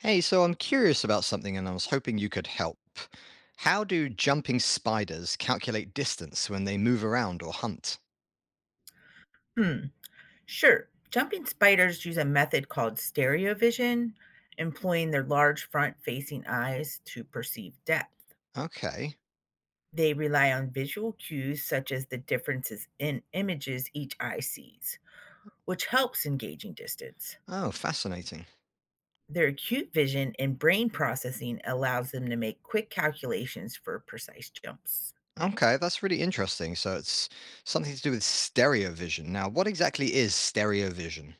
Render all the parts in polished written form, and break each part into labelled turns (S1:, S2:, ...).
S1: Hey, so I'm curious about something and I was hoping you could help. How do jumping spiders calculate distance when they move around or hunt?
S2: Hmm, sure. Jumping spiders use a method called stereovision, employing their large front facing eyes to perceive depth.
S1: Okay.
S2: They rely on visual cues such as the differences in images each eye sees, which helps in gauging distance.
S1: Oh, fascinating.
S2: Their acute vision and brain processing allows them to make quick calculations for precise jumps.
S1: Okay, that's really interesting. So it's something to do with stereo vision. Now, what exactly is stereo vision?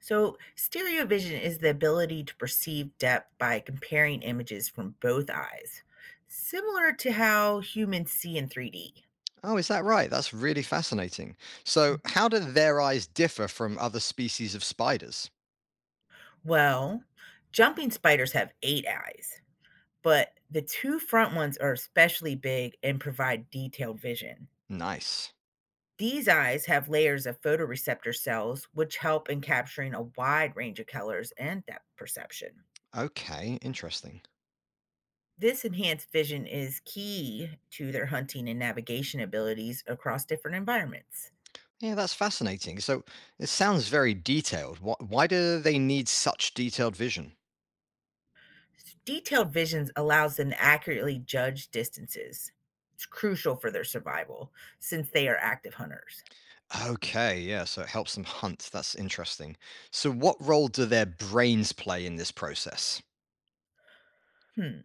S2: So, stereovision is the ability to perceive depth by comparing images from both eyes, similar to how humans see in 3D.
S1: Oh, is that right? That's really fascinating. So,
S2: Mhm.
S1: how do their eyes differ from other species of spiders?
S2: Well, jumping spiders have eight eyes, but the two front ones are especially big and provide detailed vision.
S1: Nice.
S2: These eyes have layers of photoreceptor cells, which help in capturing a wide range of colors and depth perception.
S1: Okay, interesting.
S2: This enhanced vision is key to their hunting and navigation abilities across different environments.
S1: Yeah, that's fascinating. So it sounds very detailed. Why do they need such detailed vision?
S2: Detailed visions allows them to accurately judge distances. It's crucial for their survival since they are active hunters.
S1: Okay, yeah, so it helps them hunt. That's interesting. So, what role do their brains play in this process?
S2: Hmm.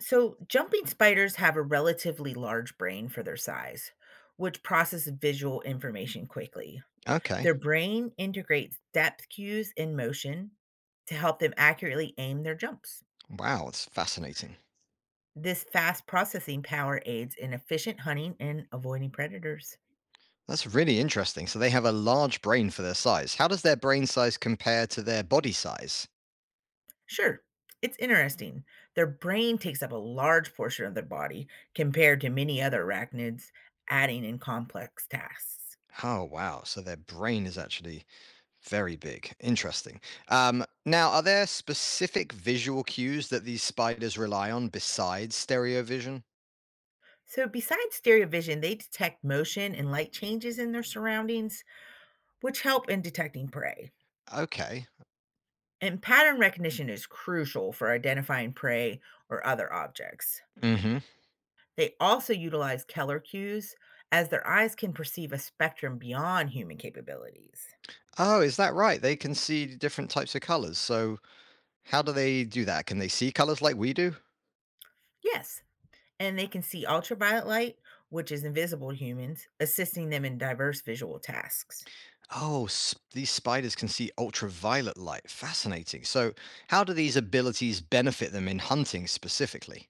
S2: So, jumping spiders have a relatively large brain for their size, which processes visual information quickly.
S1: Okay,
S2: Their brain integrates depth cues and motion to help them accurately aim their jumps.
S1: wow, that's fascinating.
S2: This fast processing power aids in efficient hunting and avoiding predators.
S1: That's really interesting. So, they have a large brain for their size. How does their brain size compare to their body size?
S2: Sure, it's interesting. Their brain takes up a large portion of their body compared to many other arachnids, adding in complex tasks.
S1: Oh, wow. So, their brain is actually very big. Interesting. Now, are there specific visual cues that these spiders rely on besides stereo vision?
S2: So, besides stereo vision, they detect motion and light changes in their surroundings, which help in detecting prey.
S1: Okay.
S2: And pattern recognition is crucial for identifying prey or other objects.
S1: Hmm.
S2: They also utilize color cues, as their eyes can perceive a spectrum beyond human capabilities.
S1: Oh, is that right? They can see different types of colors. So, how do they do that? Can they see colors like we do?
S2: Yes, and they can see ultraviolet light, which is invisible to humans, assisting them in diverse visual tasks.
S1: Oh, s these spiders can see ultraviolet light. Fascinating. So, how do these abilities benefit them in hunting specifically?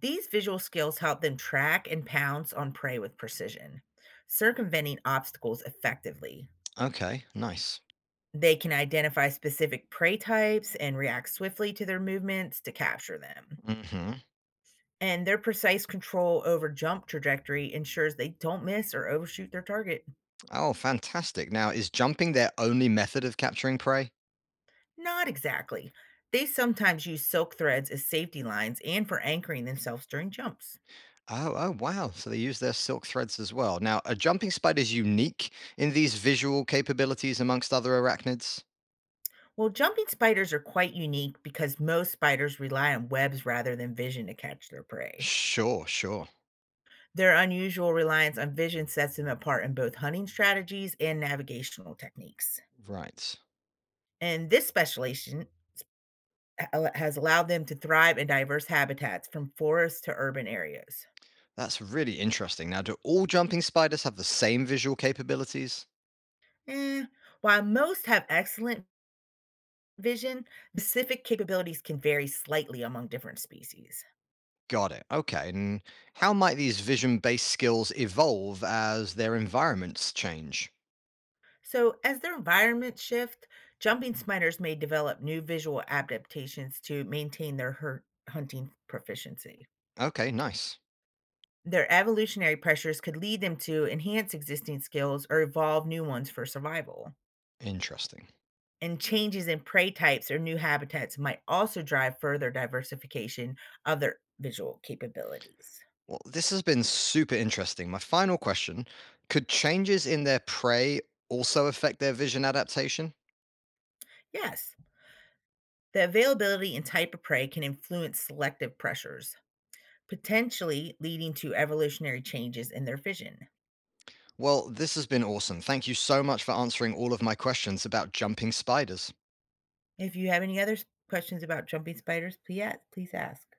S2: These visual skills help them track and pounce on prey with precision, circumventing obstacles effectively.
S1: Okay, nice.
S2: They can identify specific prey types and react swiftly to their movements to capture them.
S1: Hmm.
S2: And their precise control over jump trajectory ensures they don't miss or overshoot their target.
S1: Oh, fantastic. Now, is jumping their only method of capturing prey?
S2: Not exactly. They sometimes use silk threads as safety lines and for anchoring themselves during jumps.
S1: Oh, wow. So they use their silk threads as well. Now, are jumping spiders unique in these visual capabilities amongst other arachnids?
S2: Well, jumping spiders are quite unique because most spiders rely on webs rather than vision to catch their prey.
S1: Sure, sure.
S2: Their unusual reliance on vision sets them apart in both hunting strategies and navigational techniques.
S1: Right.
S2: And this specialization has allowed them to thrive in diverse habitats from forests to urban areas.
S1: That's really interesting. Now, do all jumping spiders have the same visual capabilities?
S2: Eh, while most have excellent vision, specific capabilities can vary slightly among different species.
S1: Got it. Okay. And how might these vision based skills evolve as their environments change?
S2: So, as their environments shift, jumping spiders may develop new visual adaptations to maintain their hunting proficiency.
S1: Okay, nice.
S2: Their evolutionary pressures could lead them to enhance existing skills or evolve new ones for survival.
S1: Interesting.
S2: And changes in prey types or new habitats might also drive further diversification of their visual capabilities.
S1: Well, this has been super interesting. My final question, could changes in their prey also affect their vision adaptation?
S2: Yes. The availability and type of prey can influence selective pressures, potentially leading to evolutionary changes in their vision.
S1: Well, this has been awesome. Thank you so much for answering all of my questions about jumping spiders.
S2: If you have any other questions about jumping spiders, please, please ask.